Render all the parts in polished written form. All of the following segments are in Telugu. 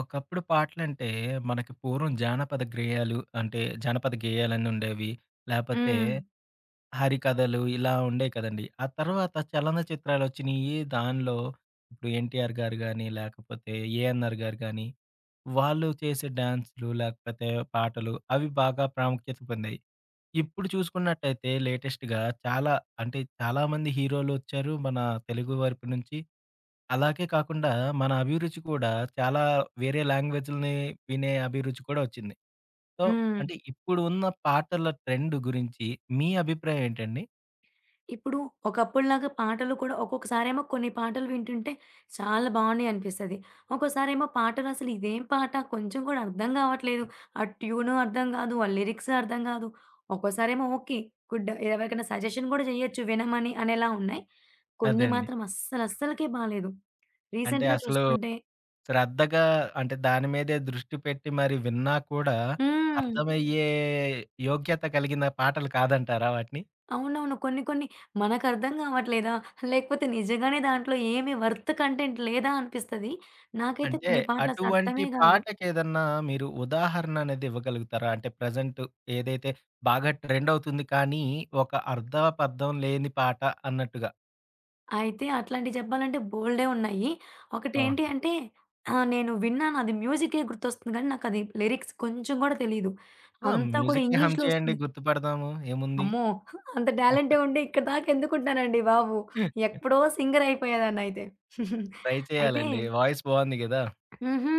ఒకప్పుడు పాటలంటే, మనకి పూర్వం జానపద గేయాలు అంటే, జానపద గేయాలని ఉండేవి. లేపోతే హ్మ్. హరికథలు ఇలా ఉండేయి కదండీ. ఆ తర్వాత చలనచిత్రాలొచ్చినియి. దానిలో ఇప్పుడు 'ఎన్టీఆర్' గారు గాని, లేకపోతే 'ఏఎన్నార్' గారు గాని, వాళ్ళు చేసే డాన్స్‌లు లేకపోతే పాటలు అవి బాగా ప్రాముఖ్యత పొందాయి. ఇప్పుడు చూసుకున్నట్టయితే లేటెస్ట్‌గా చాలా అంటే, చాలా మంది హీరోలొచ్చారు మన తెలుగు వైపు నుంచి. అలాగే కాకుండా మన అభిరుచి కూడా చాలా వేరే లాంగ్వేజ్‌లని వినే అభిరుచి కూడా వచ్చింది. సో, హ్మ్. అంటే ఇప్పుడు ఉన్న పాటల ట్రెండ్ గురించి మీ అభిప్రాయం ఏంటండి? ఇప్పుడు ఒకప్పుడులాగా పాటలు కూడా ఒక్కొక్కసారేమో కొన్ని పాటలు వింటుంటే చాలా బావున్నాయి అనిపిస్తది. ఒక్కోసారేమో పాటలు అసలు ఇదేం పాట కొంచెం కూడా అర్థం గావట్లేదు. ఆ ట్యూను అర్థం గాదు. ఆ లిరిక్స్ అర్థం గాదు. ఒక్కోసారేమో ఓకే. గుడ్. ఎవరికైనా సజెషన్ గూడా జేయొచ్చు వినమని అనేలా ఉన్నాయి. కొన్ని అదే అండి. మాత్రం అస్సలు అస్సలకే బాలేదు. అంటే రీసెంట్‌గా అసలు చూసుకుంటే శ్రద్ధగా అంటే దాని మీదే దృష్టి పెట్టి మరి విన్నా కూడా హ్మ్. అర్థమయ్యే యోగ్యత కలిగిన పాటలు కాదంటారా వాటిని? అవునవును. కొన్ని కొన్ని మనకర్థం కావట్లేదా? లేకపోతే నిజంగానే దాంట్లో ఏమి వర్త్ కంటెంట్ లేదా అనిపిస్తది. నాకైతే అంటే కొన్ని పాటలు అసలు అటువంటి అర్థమే కాదు. పాటకేదన్నా మీరు ఉదాహరణ అనేది ఇవ్వగలుగుతారా? అంటే ప్రెజెంట్ ఏదైతే బాగా ట్రెండ్ అవుతుంది కానీ, ఒక అర్థపర్థం లేని పాట అన్నట్టుగా. అయితే అట్లాంటివి చెప్పాలంటే బోలెడే ఉన్నాయి. అవును. ఒకటేంటి అంటే నేను విన్నాను అది మ్యూజికే గుర్తొస్తుంది కానీ నాకది లిరిక్స్ కొంచెం కూడా తెలీదు. ఆ! అంతా కూడా మ్యూజిక్‌కి హమ్ ఇంగ్లీష్‌లో చేయండి వస్తుంది. గుర్తుపడదాము ఏముంది. అమ్మో! అంత టాలెంటే ఉండి ఇక్కడి దాకా ఎందుకుంటానండి బాబు. ఎప్పుడో సింగర్ అయిపోయేదాన్నయితే. అయితే ట్రై చేయాలండి. అయితే వాయిస్ బావుంది గదా! హుహు.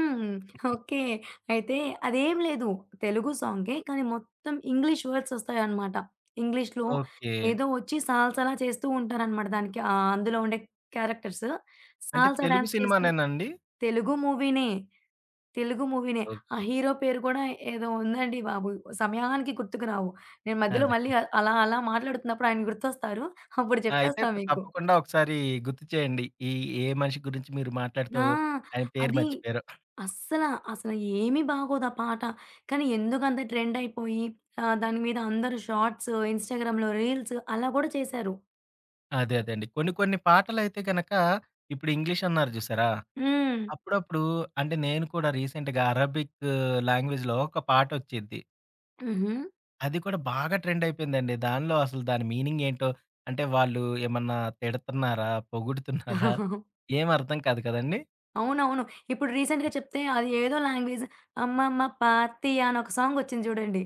ఓకే. అయితే అదేం లేదు. తెలుగు సాంగే. కానీ మొత్తం ఇంగ్లీష్ వర్డ్స్ ఒస్తాయన్నమాట. ఇంగ్లీష్‌లో ఓకే. ఏదో ఒచ్చి సాల్సాలా చేస్తూ ఉంటారన్నమాట. దానికి అందులో ఉండే క్యారెక్టర్స్ అంటే సాల్సా తెలుగు డాన్స్ చేస్తూ సినిమానేనండి? తెలుగు మూవీనే. తెలుగు మూవీనే. ఆ ఓకే. హీరో పేరు కూడా ఏదో ఉందండి బాబు. సమయానికి గుర్తుకు రావు. నేను మధ్యలో అదే. మళ్ళీ అలా అలా మాట్లాడుతున్నప్పుడు ఆయన గుర్తొస్తారు. అప్పుడు ఆ, అయితే చెప్పేస్తా మీకు. తప్పకుండా ఒకసారి గుర్తు చేయండి. ఈ ఏ మనిషి గురించి మీరు మాట్లాడుతూ ఆ! ఆయన పేరు అది మర్చిపోయారో. అస్సల, అసల ఏమి బాగోదు ఆ పాట. కానీ ఎందుకంత ట్రెండ్ అయిపోయి దాని మీద అందరూ షార్ట్స్, ఇన్‌స్టాగ్రామ్‌లో రీల్స్ అలా కూడా చేశారు. అదే అదేండి. కొన్ని కొన్ని పాటలైతే గనక ఇప్పుడు ఇంగ్లీష్ అన్నారు జూసారా? హ్మ్. అప్పుడప్పుడు అంటే నేను కూడా రీసెంట్‌గా అరబిక్ లాంగ్వేజ్‌లో ఒక పాటొచ్చిద్ది. హుహు. అది కూడా బాగా ట్రెండ్ అయిపోయిందండి. దానిలో అసలు దాని మీనింగ్ ఏంటో అంటే వాళ్ళు ఏమన్నా తిడతన్నారా? పొగుడుతున్నారా? ఏం అర్థం కాదు కదండీ! అవునవును. ఇప్పుడు రీసెంట్‌గా చెప్తే అది ఏదో లాంగ్వేజ్ 'అమ్మమ్మ పాతియ' అని ఒక సాంగొచ్చింది చూడండి.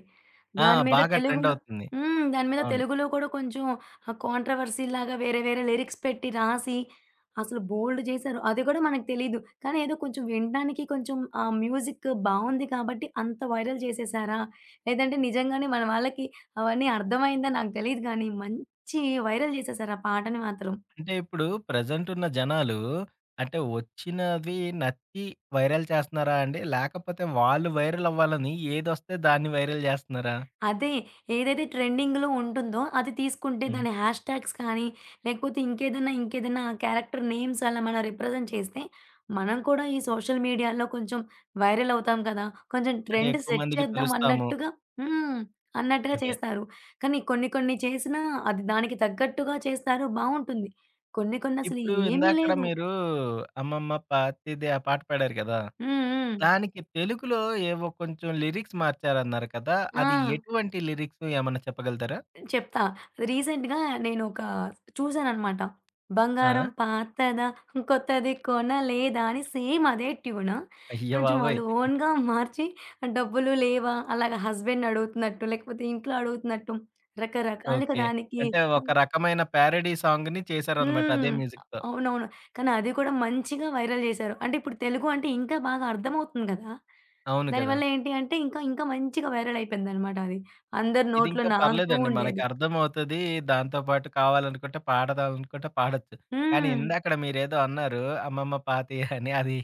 ఆ! దాని మీద బాగా ట్రెండ్ తెలుగులో అవుతుంది. హ్మ్. దాని మీద అవును. తెలుగులో కూడా కొంచెం కాంట్రోవర్సీ‌లాగా వేరే వేరే లిరిక్స్ పెట్టి రాసి అసలు బోల్డు చేశారు. అది కూడా మనకు తెలీదు. కానీ ఏదో కొంచెం వినడానికి కొంచెం ఆ మ్యూజిక్ బావుంది కాబట్టి అంత వైరల్ చేసేసారా? లేదంటే నిజంగానే మన వాళ్ళకి అవన్నీ అర్థమైందా నాకు తెలీదు గానీ మంచి వైరల్ చేసేసారు ఆ పాటని మాత్రం. అంటే ఇప్పుడు ప్రెజెంట్ ఉన్న జనాలు అంటే వచ్చినవి నచ్చి వైరల్ చేస్తున్నారా అండి? లేకపోతే వాళ్ళు వైరల్ అవ్వాలని ఏదొస్తే దాన్ని వైరల్ జేస్తున్నారా? అదే. ఏదైతే ట్రెండింగ్‌లో ఉంటుందో అది తీసుకుంటే హ్మ్. దాని హ్యాష్ ట్యాగ్స్ కానీ, లేకపోతే ఇంకేదైనా క్యారెక్టర్ నేమ్స్ అలా మనం రిప్రజెంట్ చేస్తే, మనం కూడా ఈ సోషల్ మీడియాలో కొంచెం వైరల్ అవుతాం కదా! కొంచెం అంటే ట్రెండ్ ఎక్కువ సెట్ మందికి చేద్దాం తెలుస్తాము. అన్నట్టుగా హ్మ్. అన్నట్టుగా అదే. చేస్తారు. కానీ కొన్ని కొన్ని చేసినా అది దానికి తగ్గట్టుగా చేస్తారు బావుంటుంది. కొన్ని కొన్ని అసలు ఇప్పుడు ఏమీ ఇందాకడ లేదు. మీరు 'అమ్మమ్మ పాతిది' ఆ పాట పాడారు కదా! హ్మ్. హ్మ్. దానికి తెలుగులో ఏవో కొంచెం లిరిక్స్ మార్చారన్నారు కదా! ఆ! అది ఎటువంటి లిరిక్స్ ఏమన్నా చెప్పగలుగుతారా? చెప్తా. రీసెంట్‌గా నేనొక చూసాననమాట. ఆ! 'బంగారం పాతదా కొత్తది కొనలేదా' అని సేమ్ అదే ట్యూన్. అయ్య కొంచెం బాబోయ్! వాళ్ళు ఓన్‌గా మార్చి డబ్బులు లేవా అలాగా హస్బెండ్‌ని అడుగుతున్నట్టు, లేకపోతే ఇంట్లో అడుగుతున్నట్టు రకరకాలుగా ఓకే. దానికి అంటే ఒక రకమైన ప్యారడీ సాంగ్‌ని చేశారన్నమాట అదే హ్మ్. మ్యూజిక్‌తో. అవునవును. కానీ అది కూడా మంచిగా వైరల్ జేశారు. అంటే ఇప్పుడు తెలుగు అంటే ఇంకా బాగా అర్థమవుతుంది గదా! అవును కదా! దానివల్ల ఏంటి అంటే ఇంకా, ఇంకా మంచిగా వైరల్ అయిపోయిందనమాట అది. అందరి నోట్లో ఇదింకా నానుతూ పర్లేదండి. ఉండేది. మనకర్థమవుతది. దాంతో పాటు కావాలనుకుంటే పాడదామనుకుంటే పాడొచ్చు. కానీ హ్మ్. ఇందాకడ మీరేదో అన్నారు అమ్మమ్మ పాతేయ అని అది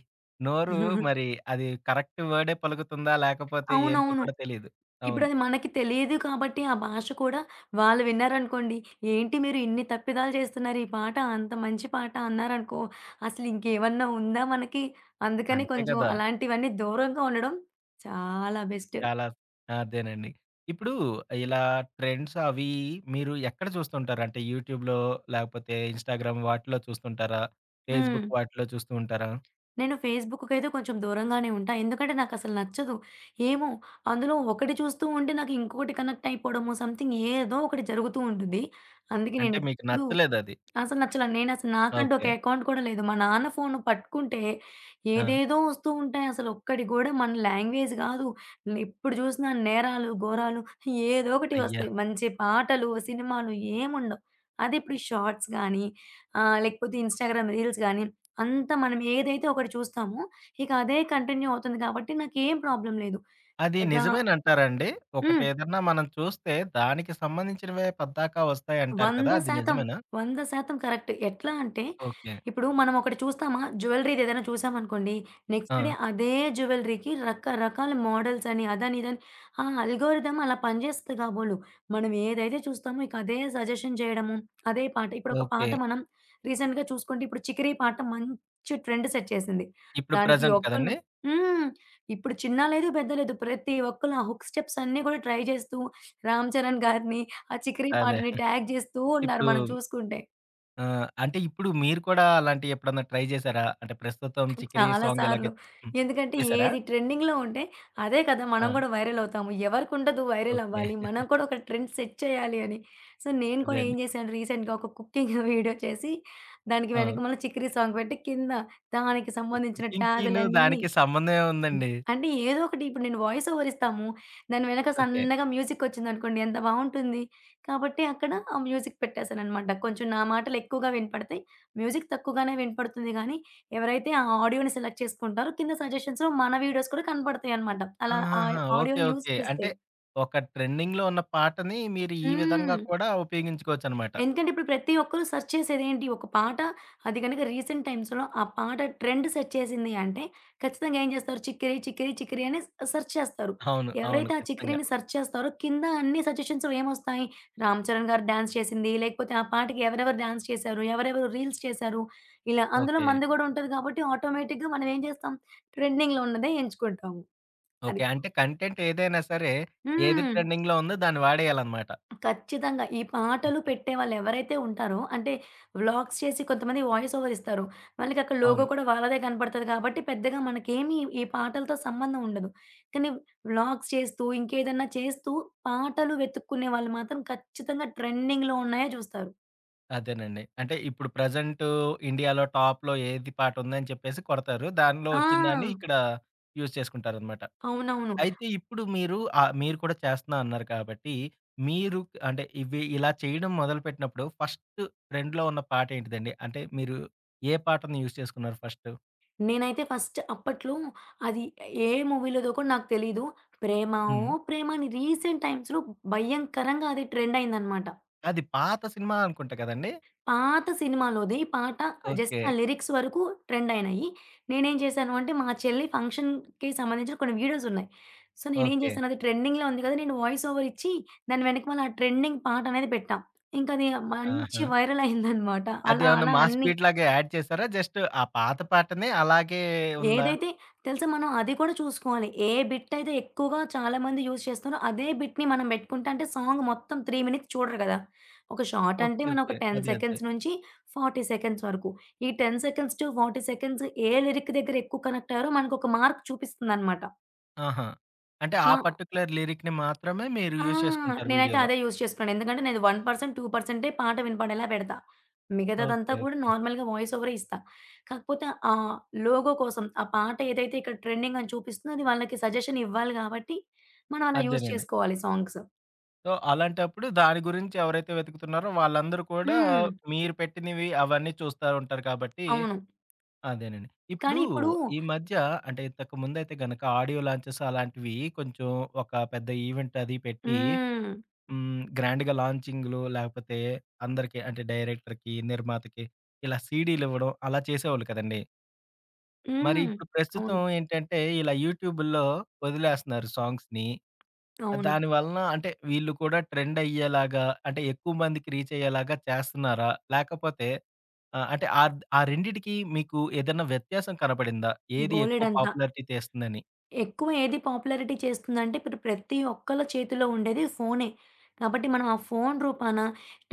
నోరు మరి అది కరెక్ట్ వర్డే పలుకుతుందా? లేకపోతే ఏంటో అవునవును. కూడా తెలీదు. అవును. ఇప్పుడది మనకి తెలియదు కాబట్టి ఆ భాష కూడా వాళ్ళు విన్నారనుకోండి, "ఏంటి మీరు ఇన్ని తప్పిదాలు చేస్తున్నారు ఈ పాట అంత మంచి పాట" అన్నారనుకో, అసలు ఇంకేమన్నా ఉందా మనకి? అందుకని అంతే కొంచెం కదా! అలాంటివన్నీ దూరంగా ఉండడం చాలా బెస్ట్. చాలా అదేనండి. ఇప్పుడు ఇలా ట్రెండ్స్ అవి మీరు ఎక్కడ చూస్తుంటారు? అంటే యూట్యూబ్‌లో లేకపోతే ఇన్‌స్టాగ్రామ్ వాటిలో చూస్తుంటారా? హ్మ్. ఫేస్‌బుక్ వాటిలో చూస్తూ ఉంటారా? నేను ఫేస్‌బుక్‌కైతే కొంచెం దూరంగానే ఉంటా. ఎందుకంటే నాకసలు నచ్చదు. ఏమో అందులో ఒకటి చూస్తూ ఉంటే నాకు ఇంకొకటి కనెక్ట్ అయిపోవడమో సంథింగ్ ఏదో ఒకటి జరుగుతూ ఉంటుంది. అందుకే అంటే మీకు నేనెప్పుడూ నచ్చలేదది. అసలు నచ్చల. నేనసలు నాకంటూ ఒక ఓకే. అకౌంట్ కూడా లేదు. మా నాన్న ఫోను పట్టుకుంటే ఆ! ఏదేదో వస్తూ ఉంటాయి. అసలు ఒక్కటి గూడా మన లాంగ్వేజ్ గాదు. ఎప్పుడు చూసినా నేరాలు, ఘోరాలు ఏదో ఒకటి అయ్యా! వస్తాయి. మంచి పాటలు, సినిమాలు ఏముండవు. అదే ఇప్పుడు ఈ షార్ట్స్ గానీ, లేకపోతే ఇన్‌స్టాగ్రామ్ రీల్స్ గానీ, అంతా మనం ఏదైతే ఒకటి చూస్తామో, ఇక అదే కంటిన్యూ అవుతుంది కాబట్టి నాకేం ప్రాబ్లమ్ లేదు. అది ఇక నిజమేనంటారండి? హ్మ్. ఒకటేదన్నా మనం చూస్తే దానికి సంబంధించినవే పద్దాకా వస్తాయంటారు కదా! అది 100% నిజమేనా? 100% కరెక్ట్. ఎట్లా అంటే, ఓకే. ఇప్పుడు మనం ఒకటి చూస్తామా, జ్యువెల్లరీది ఏదైనా చూసామనుకోండి, ఆ! నెక్స్ట్ డే అదే జ్యువెల్లరీకి రకరకాల మోడల్స్ అని, అదని, ఇదని ఆ అల్గోరిథం అలా పనిచేస్తది కాబోలు. మనం ఏదైతే చూస్తామో ఇక అదే సజెషన్ చేయడము, అదే పాట. ఇప్పుడొక ఓకే. పాట మనం రీసెంట్‌గా చూసుకుంటే, ఇప్పుడు 'చికిరి' పాట మంచి ట్రెండ్ సెట్ చేసింది. ఇప్పుడు దానికి ప్రెజెంట్ ఒక్కళ్ళు కదండీ! హ్మ్. ఇప్పుడు చిన్న లేదు, పెద్ద లేదు. ప్రతి ఒక్కళ్ళు ఆ హుక్ స్టెప్స్ అన్నీ కూడా ట్రై చేస్తూ, రామ్ చరణ్ గారిని ఆ చికిరీ అదే. పాటని ట్యాగ్ జేస్తూ ఉన్నారు ఇప్పుడు మనం చూసుకుంటే. అంటే ఇప్పుడు మీరు కూడా అలాంటియి ఎప్పుడన్నా ట్రై జేసారా? అంటే ప్రస్తుతం 'చికిరి' చాలా సాంగ్ సార్లు. ఎలాగైతే హ్మ్. ఎందుకంటే చేసారా? ఏది ట్రెండింగ్‌లో ఉంటే అదే కదా! ఆ! మనం గూడా వైరల్ అవుతాము. ఎవరికుండదు వైరల్ ఓకే. అవ్వాలి. మనం కూడా ఒక ట్రెండ్ సెట్ చేయాలి అని. సో, నేను అదే కూడా ఏం అండి. జేశాను రీసెంట్‌గా ఒక కుకింగ్ వీడియో చేసి దానికి ఆ! వెనకమాల చికిరీ సాంగ్ పెట్టి కింద దానికి సంబంధించిన కుకింగ్‌కిను ట్యాగులన్నీ దానికి సంబంధం హ్మ్. ఏముందండి? అంటే ఏదో ఒకటి ఇప్పుడు నేను వాయిస్ ఓవర్ ఇస్తాము. దాని వెనక ఓకే. సన్నగా మ్యూజికొచ్చిందనుకోండి ఎంత బావుంటుంది. కాబట్టి అక్కడ ఆ మ్యూజిక్ పెట్టేసాననమాట. కొంచెం నా మాటలు ఎక్కువగా వినపడతాయి. మ్యూజిక్ తక్కువగానే వినపడుతుంది గానీ, ఎవరైతే ఆ ఆడియోని సెలెక్ట్ చేసుకుంటారో కింద సజెషన్స్‌లో మన వీడియోస్ కూడా కనపడతాయనమాట. అలా ఆ ఆహాహా! ఓకే. ఆడియోని యూజ్ ఓకే. చేస్తే. అంటే ఒక ట్రెండింగ్‌లో ఉన్న పాటని మీరు ఈ విధంగా హ్మ్. కూడా ఉపయోగించుకోవచ్చనమాట. ఎందుకంటే ఇప్పుడు ప్రతి ఒక్కరు సెర్చ్ చేసేదేంటి? ఒక పాట అది గనక రీసెంట్ టైమ్స్‌లో ఆ పాట ట్రెండ్ సెట్ చేసింది అంటే ఖచ్చితంగా ఏం చేస్తారు? చిక్కిరి, చిక్కిరి, చిక్కిరి అని సెర్చ్ చేస్తారు. అవును. అవును. ఎవరైతే ఆ ఖచ్చితంగా. చిక్కిరిని సెర్చ్ చేస్తారో కింద అన్ని సజెషన్స్ ఏమొస్తాయి? రామ్ చరణ్ గారు డాన్స్ చేసింది, లేకపోతే ఆ పాటకి ఎవరెవరు డాన్స్ చేశారు? ఎవరెవరు రీల్స్ చేశారు? ఇలా అందులో ఓకే. మనది గూడా ఉంటది కాబట్టి ఆటోమేటిక్‌గా మనం ఏం చేస్తాం? ట్రెండింగ్‌లో ఉన్నదే ఎంచుకుంటాము. అది. ఓకే. అంటే కంటెంట్ ఏదైనా సరే, ఏది హ్మ్. ట్రెండింగ్‌లో ఉందో దాన్ని వాడేయాలన్నమాట. ఖచ్చితంగా. ఈ పాటలు పెట్టేవాళ్ళు ఎవరైతే ఉంటారో అంటే వ్లాగ్స్ చేసి కొంతమంది వాయిస్ ఓవర్ ఇస్తారు. వాళ్ళకక్కడ లోగో అవును. కూడా వాళ్ళదే కనపడతది కాబట్టి పెద్దగా మనకేమి ఈ పాటలతో సంబంధం ఉండదు. కానీ వ్లాగ్స్ చేస్తూ ఇంకేదన్నా చేస్తూ పాటలు వెతుక్కునే వాళ్ళు మాత్రం ఖచ్చితంగా ట్రెండింగ్‌లో ఉన్నాయే జూస్తారు. అదేనండి. అంటే ఇప్పుడు ప్రెజెంటు ఇండియాలో టాప్‌లో ఏది పాట ఉందని చెప్పేసి కొడతారు. దానిలో ఆ! వచ్చిందాన్ని ఇక్కడ యూజ్ చేసుకుంటారన్నమాట. అవునవును. అయితే ఇప్పుడు మీరు మీరు కూడా చేస్తున్నా అన్నారు కాబట్టి, మీరు అంటే ఇవి ఇలా చేయడం మొదలుపెట్టినప్పుడు ఫస్ట్ ట్రెండ్‌లో ఉన్న పాట ఏంటిదండి? అంటే మీరు ఏ పాటని యూజ్ చేసుకున్నారు ఫస్టు? నేనైతే ఫస్ట్ అప్పట్లో అది ఏ మూవీలోదో కూడా నాకు తెలీదు. 'ప్రేమ ఓ హ్మ్. ప్రేమ' అని రీసెంట్ టైమ్స్‌లో భయంకరంగా అది ట్రెండ్ అయిందనమాట. అది పాత సినిమా అనుకుంటా కదండీ! పాత సినిమాలోది పాట జస్ట్ ఓకే. ఆ లిరిక్స్ వరకు ట్రెండ్ అయినాయి. నేనేం చేశాను అంటే, మా చెల్లి ఫంక్షన్‌కి సంబంధించిన కొన్ని వీడియోస్ ఉన్నాయి. సో, నేనేం ఓకే. చేశాను అది ట్రెండింగ్‌లో ఉంది కదా! నేను వాయిస్ ఓవర్ ఇచ్చి దాని వెనకమాల ఆ ట్రెండింగ్ పాట అనేది పెట్టా. ఇంకది మంచి ఆహా! వైరల్ అయిందనమాట. అలా అదేమన్నా అలా మాస్ అన్నీ. బీట్ లాగా యాడ్ చేసారా? జస్ట్ ఆ పాత పాటనే అలాగే ఉందా? ఏదైతే తెలుసా మనం అది కూడా చూసుకోవాలి. ఏ బిట్ అయితే ఎక్కువగా చాలామంది యూజ్ చేస్తున్నారో అదే బిట్‌ని మనం పెట్టుకుంటే అంటే సాంగ్ మొత్తం 3 మినిట్స్ చూడరు కదా! ఒక షార్ట్ అంటే ఓకే. మనం ఓకే. ఒక 10 అదే. అదే. సెకండ్స్ నుంచి 40 సెకండ్స్ వరకు. ఈ 10 సెకండ్స్ టు 40 సెకండ్స్ ఏ లిరిక్ దగ్గర ఎక్కువ కనెక్ట్ అయ్యారో మనకొక మార్క్ చూపిస్తుందన్నమాట. ఆహా! అంటే ఆ ఆ! పర్టిక్యులర్ లిరిక్‌ని మాత్రమే మీరు ఆ! యూజ్ చేసుకుంటారు నేనైతే వీడియోలో. అదే యూజ్ చేసుకున్నాను. ఎందుకంటే నేను 1%, 2% పాట వినపడేలా పెడతా. మిగతాదంతా ఓకే. కూడా ఓకే. నార్మల్‌గా వాయిస్ ఓవరే ఇస్తా. కాకపోతే ఆ లోగో కోసం ఆ పాట ఏదైతే ఇక్కడ ట్రెండింగ్ అని చూపిస్తుందో అది వాళ్ళకి సజెషన్ ఇవ్వాలి కాబట్టి, మనం అలా యూజ్ అదేనండి. చేసుకోవాలి సాంగ్స్. సో, అలాంటప్పుడు దాని గురించి ఎవరైతే వెతుకుతున్నారో వాళ్ళందరూ కూడా హ్మ్. మీరు పెట్టినవి అవన్నీ చూస్తా ఉంటారు కాబట్టి అవును. అదేనండి. ఇప్పుడు కానీ ఇప్పుడు ఈ మధ్య అంటే ఇంతకు ముందైతే గనక ఆడియో లాంచెస్ అలాంటివి కొంచెం ఒక పెద్ద ఈవెంట్ అది పెట్టి హ్మ్. హ్మ్. గ్రాండ్‌గా లాంచింగ్‌లు లేకపోతే అందరికి అంటే డైరెక్టర్‌కి, నిర్మాతకి ఇలా సీడీలివ్వడం అలా చేసేవాళ్ళు కదండీ. మరి హ్మ్. ఇప్పుడు ప్రస్తుతం అవును. ఏంటంటే ఇలా యూట్యూబుల్లో వదిలేస్తున్నారు సాంగ్స్‌ని. అవును. దాని వలన అంటే వీళ్ళు కూడా ట్రెండ్ అయ్యేలాగా అంటే ఎక్కువ మందికి రీచ్ అయ్యేలాగా చేస్తున్నారా? లేకపోతే అంటే ఆ రెండిటికి మీకు ఏదైనా వ్యత్యాసం కనపడిందా? ఏది ఎక్కువ బోలెడంత. పాపులారిటీ తెస్తుందని? ఎక్కువ ఏది పాపులారిటీ చేస్తుందంటే ఇప్పుడు ప్రతి ఒక్కళ్ళ చేతిలో ఉండేది ఫోనే. కాబట్టి మనం ఆ ఫోను రూపాన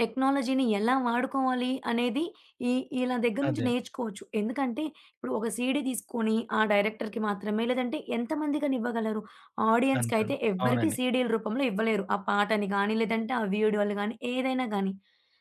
టెక్నాలజీని ఎలా వాడుకోవాలి అనేది ఈ ఈళ్ళ దగ్గర నుంచి అదే. నేర్చుకోవచ్చు. ఎందుకంటే ఇప్పుడు ఒక సీడీ తీసుకొని ఆ డైరెక్టర్‌కి మాత్రమే లేదంటే ఎంతమందికని ఇవ్వగలరు? అంతే. ఆడియన్స్‌కైతే ఎవ్వరికీ అవునండి. సీడీల రూపంలో ఇవ్వలేరు. ఆ పాటని గానీ లేదంటే ఆ వీడియోలు గానీ ఏదైనా గానీ.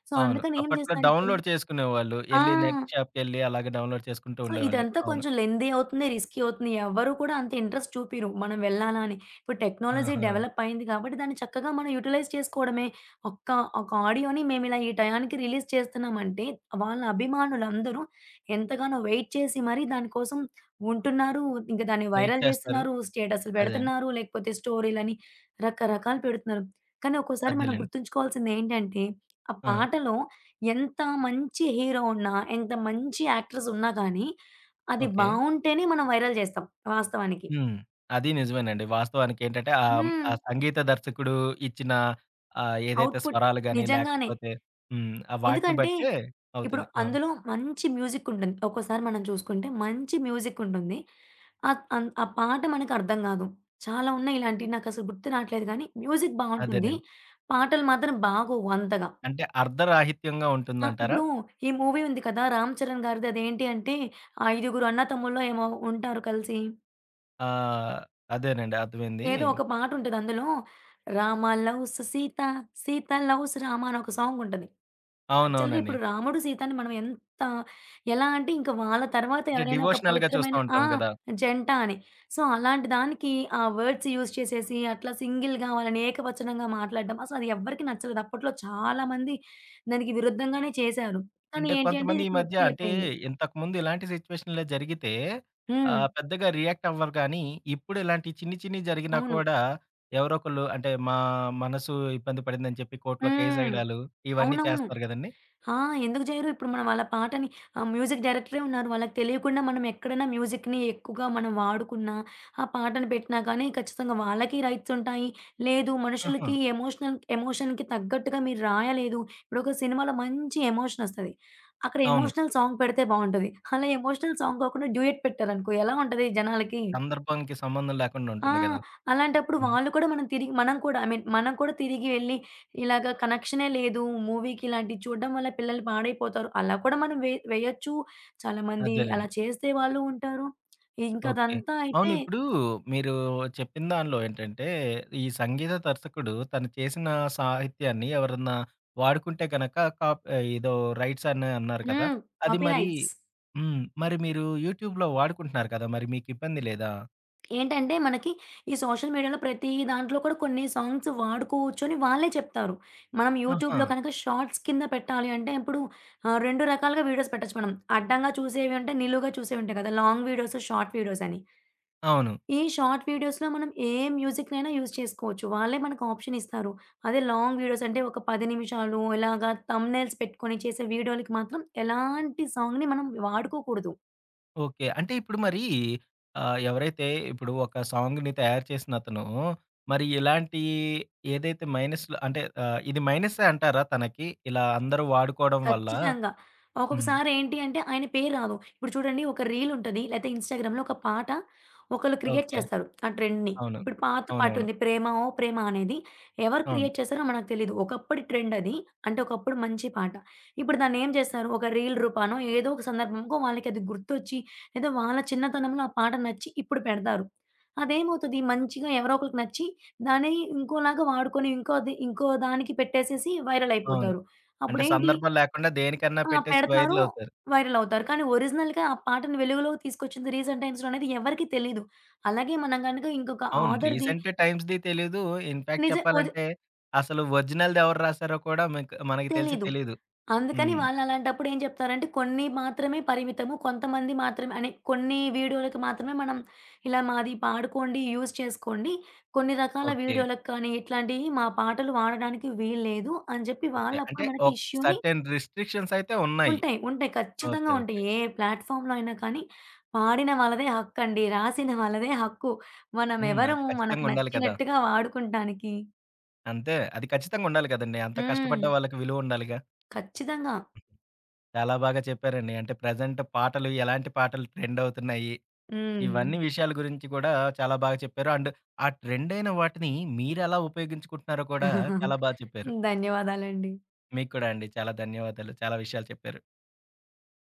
సో, అవును. అందుకని ఏం అప్పట్లో చేస్తున్నారిప్పుడు డౌన్‌లోడ్ చేసుకునేవాళ్ళు. ఆ! ఎళ్లి నెట్ షాప్‌కెళ్లి అలాగే డౌన్‌లోడ్ చేసుకుంటూ సో, ఉండేవాళ్ళు. ఇదంతా అవును. కొంచెం లెంథీ అవుతుంది, రిస్కీ అవుతుంది. ఎవ్వరు కూడా అంత ఇంట్రెస్ట్ చూపియరు మనం వెళ్ళాలా అని. ఇప్పుడు టెక్నాలజీ ఆహా! డెవలప్ అయింది కాబట్టి దాన్ని చక్కగా మనం యుటిలైజ్ చేసుకోవడమే. ఒక్క ఒక ఆడియోని మేమిలా ఈ టయానికి రిలీజ్ చేస్తున్నామంటే వాళ్ళ అభిమానులందరూ ఎంతగానో వెయిట్ చేసి మరీ దాని కోసం ఉంటున్నారు. ఇంక దాన్ని వెయిట్ వైరల్ చేస్తారు. చేస్తున్నారు, స్టేటస్‌లు అదే. పెడుతున్నారు, లేకపోతే స్టోరీలని రకరకాలు పెడుతున్నారు. కానీ ఒక్కోసారి మనం అదేలెండి. గుర్తుంచుకోవాల్సిందేంటంటే ఆ ఆ! పాటలో ఎంత మంచి హీరో ఉన్నా, ఎంత మంచి యాక్ట్రెస్ ఉన్నా కానీ అది ఓకే. బావుంటేనే మనం వైరల్ జేస్తాం వాస్తవానికి. హ్మ్. అది నిజమేనండి. వాస్తవానికేంటంటే ఆ ఆ హ్మ్. సంగీత దర్శకుడు ఇచ్చిన ఏదైతే ఔట్‌పుట్ స్వరాలు గాని నిజంగానే. లేకపోతే హ్మ్. ఆ వాటిని ఎందుకంటే బట్టే ఇప్పుడు అవుతుంది. అవును. అందులో మంచి మ్యూజిక్కుంటుంది. ఒక్కోసారి మనం చూసుకుంటే మంచి మ్యూజిక్కుంటుంది. ఆహ్, అన్ ఆ పాట మనకర్థం గాదు. చాలా ఉన్నాయి ఇలాంటివి నాకసలు గుర్తు రాట్లేదు గానీ మ్యూజిక్ బావుంటుంది. అదేనండి. పాటలు మాత్రం బాగోవు అంతగా. అంటే అర్ధరాహిత్యంగా ఆ! ఉంటుందంటారా? ఇప్పుడు ఈ మూవీ ఉంది కదా! 'రామ్ చరణ్' గారిది అదేంటి అంటే ఆ ఐదుగురు అన్నతమ్ముల్లో ఏమో ఉంటారు కలిసి. ఆ! అదేనండి. అర్థమైంది. ఏదో ఒక పాటుంటది అందులో 'రామ లవ్స్ సీత, సీత లవ్స్ రామ' అని ఒక సాంగ్ ఉంటది. యాక్చువల్‌గా అవునవునండి. ఇప్పుడు రాముడు, సీతని మనం ఎంత ఎలా అంటే ఇంక వాళ్ళ తర్వాత అంటే ఎవరైనా ఒక డివోషనల్‌గా చూస్తా పవిత్రమైన ఆ! ఉంటాం గదా! జంట అని. సో, అలాంటి దానికి ఆ వర్డ్స్ యూజ్ చేసేసి అట్లా సింగిల్‌గా వాళ్ళని ఏకవచనంగా మాట్లాడడం అసలు అది ఎవ్వరికీ నచ్చలేదు. అప్పట్లో చాలా మంది దానికి విరుద్ధంగానే చేశారు. కానీ అంటే ఏంటి అంటే కొంతమంది ఇది ఈ మధ్య అంటే కొట్టుకెళ్ళిపోయింది. ఇంతకుముందు ఇలాంటి సిచ్యువేషన్‌లో జరిగితే హ్మ్. పెద్దగా రియాక్ట్ అవ్వరు కానీ, ఇప్పుడు ఇలాంటి చిన్ని చిన్నియి జరిగినా అవును. కూడా ఎవరో ఒకళ్ళు అంటే మా మనసు ఇబ్బంది పడిందని చెప్పి కోర్ట్‌లో కేస్ హ్మ్. ఎయడాలు ఇవన్నీ అవునవును. చేస్తారు కదండీ! ఆ! ఎందుకు జెయరు? ఇప్పుడు మనం వాళ్ళ పాటని మ్యూజిక్ డైరెక్టరే ఉన్నారు. వాళ్ళకి తెలియకుండా మనం ఎక్కడైనా మ్యూజిక్‌ని ఎక్కువగా మనం వాడుకున్నా, ఆ పాటను పెట్టినా కానీ ఖచ్చితంగా వాళ్ళకి రైట్స్ ఉంటాయి. లేదు ఆహా! మనుషులకి ఎమోషనల్ ఎమోషన్‌కి తగ్గట్టుగా మీరు రాయలేదు. ఇప్పుడొక సినిమాలో మంచి ఎమోషనొస్తది. అక్కడ అవును. ఎమోషనల్ సాంగ్ పెడితే బావుంటది. అలా ఎమోషనల్ సాంగ్ కాకుండా డ్యూయట్ పెట్టారనుకో ఎలా ఉంటది జనాలకి? సందర్భానికి సంబంధం లేకుండా ఆ! ఉంటుంది కదా! అలాంటప్పుడు హ్మ్. వాళ్ళు కూడా మనం తిరిగి మనం కూడా ఐ మీన్ మనం కూడా తిరిగి వెళ్లి ఇలాగ కనెక్షనే లేదు మూవీకి ఇలాంటివి చూడడం వల్ల పిల్లలు పాడైపోతారు. అలా కూడా మనం వే వేయొచ్చు. చాలామంది అదేలెండి. అలా చేసే వాళ్ళు ఉంటారు. ఇంకా ఓకే. అదంతా అవును. అయితే ఇప్పుడు మీరు చెప్పిన దానిలో ఏంటంటే, ఈ సంగీత దర్శకుడు తను చేసిన సాహిత్యాన్ని ఎవరన్నా వాడుకుంటే గనక కాప్ ఏదో రైట్స్ అని అన్నారు కదా! హ్మ్. అది మరి కాపీరైట్స్. హ్మ్. మరి మీరు యూట్యూబ్‌లో వాడుకుంటున్నారు కదా! మరి మీకు ఇబ్బంది లేదా? ఏంటంటే మనకి ఈ సోషల్ మీడియాలో ప్రతి దాంట్లో కూడా కొన్ని సాంగ్స్ వాడుకోవచ్చు అని వాళ్ళే చెప్తారు. మనం ఆహా! యూట్యూబ్‌లో కనుక షార్ట్స్ కింద పెట్టాలి అంటే ఇప్పుడు 2 రకాలుగా వీడియోస్ పెట్టొచ్చు మనం. అడ్డంగా చూసేవి ఉంటాయి, నిలువుగా చూసేవి ఉంటాయి కదా! లాంగ్ వీడియోస్, షార్ట్ వీడియోస్ అని. అవును. ఈ షార్ట్ వీడియోస్‌లో మనం ఏ మ్యూజిక్‌నైనా యూజ్ చేసుకోవచ్చు. వాళ్ళే మనకు ఆప్షన్ ఇస్తారు. అదే లాంగ్ వీడియోస్ అంటే ఒక 10 నిమిషాలు ఇలాగా థంబ్‌నెయిల్స్ పెట్టుకొని చేసే వీడియోలకి మాత్రం ఎలాంటి సాంగ్‌ని మనం వాడుకోకూడదు. ఓకే. అంటే ఇప్పుడు మరి ఎవరైతే ఇప్పుడు ఒక సాంగ్‌ని తయారు చేసిన అతను మరి ఇలాంటి ఏదైతే మైనస్‌లు అంటే ఇది మైనస్సే అంటారా తనకి? ఇలా అందరూ వాడుకోవడం వల్ల? ఖచ్చితంగా. హ్మ్. ఒక్కొక్కసారి ఏంటి అంటే ఆయన పేరు రాదు. ఇప్పుడు చూడండి ఒక రీల్ ఉంటది. లేతే ఇన్‌స్టాగ్రామ్‌లో ఒక పాట ఒకళ్ళు క్రియేట్ ఓకే. చేస్తారు. ఆ ట్రెండ్‌ని. అవును. ఇప్పుడు పాత పాట అవునవును. ఉంది. 'ప్రేమ ఓ ప్రేమ' అనేది. ఎవరు అవును. క్రియేట్ చేశారో మనకు తెలీదు. ఒకప్పటి ట్రెండ్ అది. అంటే ఒకప్పుడు మంచి పాట. ఇప్పుడు దాన్ని ఏం చేస్తారు? ఒక రీల్ రూపానో ఏదో ఒక సందర్భంకో వాళ్ళకి అది గుర్తొచ్చి లేదా వాళ్ళ చిన్నతనంలో ఆ పాట నచ్చి ఇప్పుడు పెడతారు. అదేమవుతది? మంచిగా ఎవరో ఒకళ్ళకి నచ్చి దాన్ని ఇంకోలాగా వాడుకొని ఇంకోది ఇంకో దానికి పెట్టేసేసి వైరల్ అవును. అయిపోతారు. అంటే అప్పుడేంటి సందర్భం లేకుండా దేనికన్నా ఆ! పెట్టేసి పెడతారు. వైరల్ అవుతారు. వైరల్ అవుతారు. కానీ ఒరిజినల్‌గా ఆ పాటను వెలుగులోకి తీసుకొచ్చింది రీసెంట్ టైమ్స్‌లో అనేది ఎవరికీ తెలీదు. అలాగే మనం గనుక ఇంకొక అవును. ఆథర్‌ది రీసెంట్ టైమ్స్‌ది తెలీదు. ఇన్‌ఫాక్ట్ నిజ ఒది చెప్పాలంటే అసలు ఒరిజినల్‌ది ఎవరు రాసారో కూడా మనకి తెలీదు. తెలీదు. అందుకని హ్మ్. వాళ్ళు అలాంటప్పుడు ఏం చెప్తారంటే కొన్ని మాత్రమే పరిమితము. కొంతమంది మాత్రమే అని కొన్ని వీడియోలకి మాత్రమే మనం ఇలా మాది పాడుకోండి, యూజ్ చేసుకోండి. కొన్ని రకాల ఓకే. వీడియోలకి కానీ ఇట్లాంటివి మా పాటలు వాడడానికి వీల్లేదు అని చెప్పి ఓకే. అంటే వాళ్ళప్పుడు మనకి ఒక ఇష్యూని సర్టెన్ రిస్ట్రిక్షన్స్ అయితే ఉన్నాయి. ఉంటాయి. ఉంటాయి. ఓకే. ఖచ్చితంగా ఉంటాయి. ఓకే. ఏ ప్లాట్‌ఫార్మ్‌లో అయినా కానీ, పాడిన వాళ్ళదే హక్కండి. రాసిన వాళ్ళదే హక్కు. హ్మ్. అది మనమెవరము ఖచ్చితంగా మనకు ఉండాలి కదా! నచ్చినట్టుగా వాడుకుంటానికి. అంతే. అది ఖచ్చితంగా ఉండాలి కదండీ. అంత హ్మ్. కష్టపడ్డ వాళ్ళకి విలువ ఉండాలిగా. ఖచ్చితంగా. చాలా బాగా చెప్పారండి. అంటే ప్రెజెంట్ పాటలు ఎలాంటి పాటలు ట్రెండ్ అవుతున్నాయి? హ్మ్. ఇవన్నీ విషయాల గురించి కూడా చాలా బాగా చెప్పారు. అండ్ ఆ ట్రెండ్ అయిన వాటిని మీరెలా ఉపయోగించుకుంటున్నారో కూడా చాలా బాగా చెప్పారు. ధన్యవాదాలండి. మీకు కూడా అండి. చాలా ధన్యవాదాలు. చాలా విషయాలు చెప్పారు.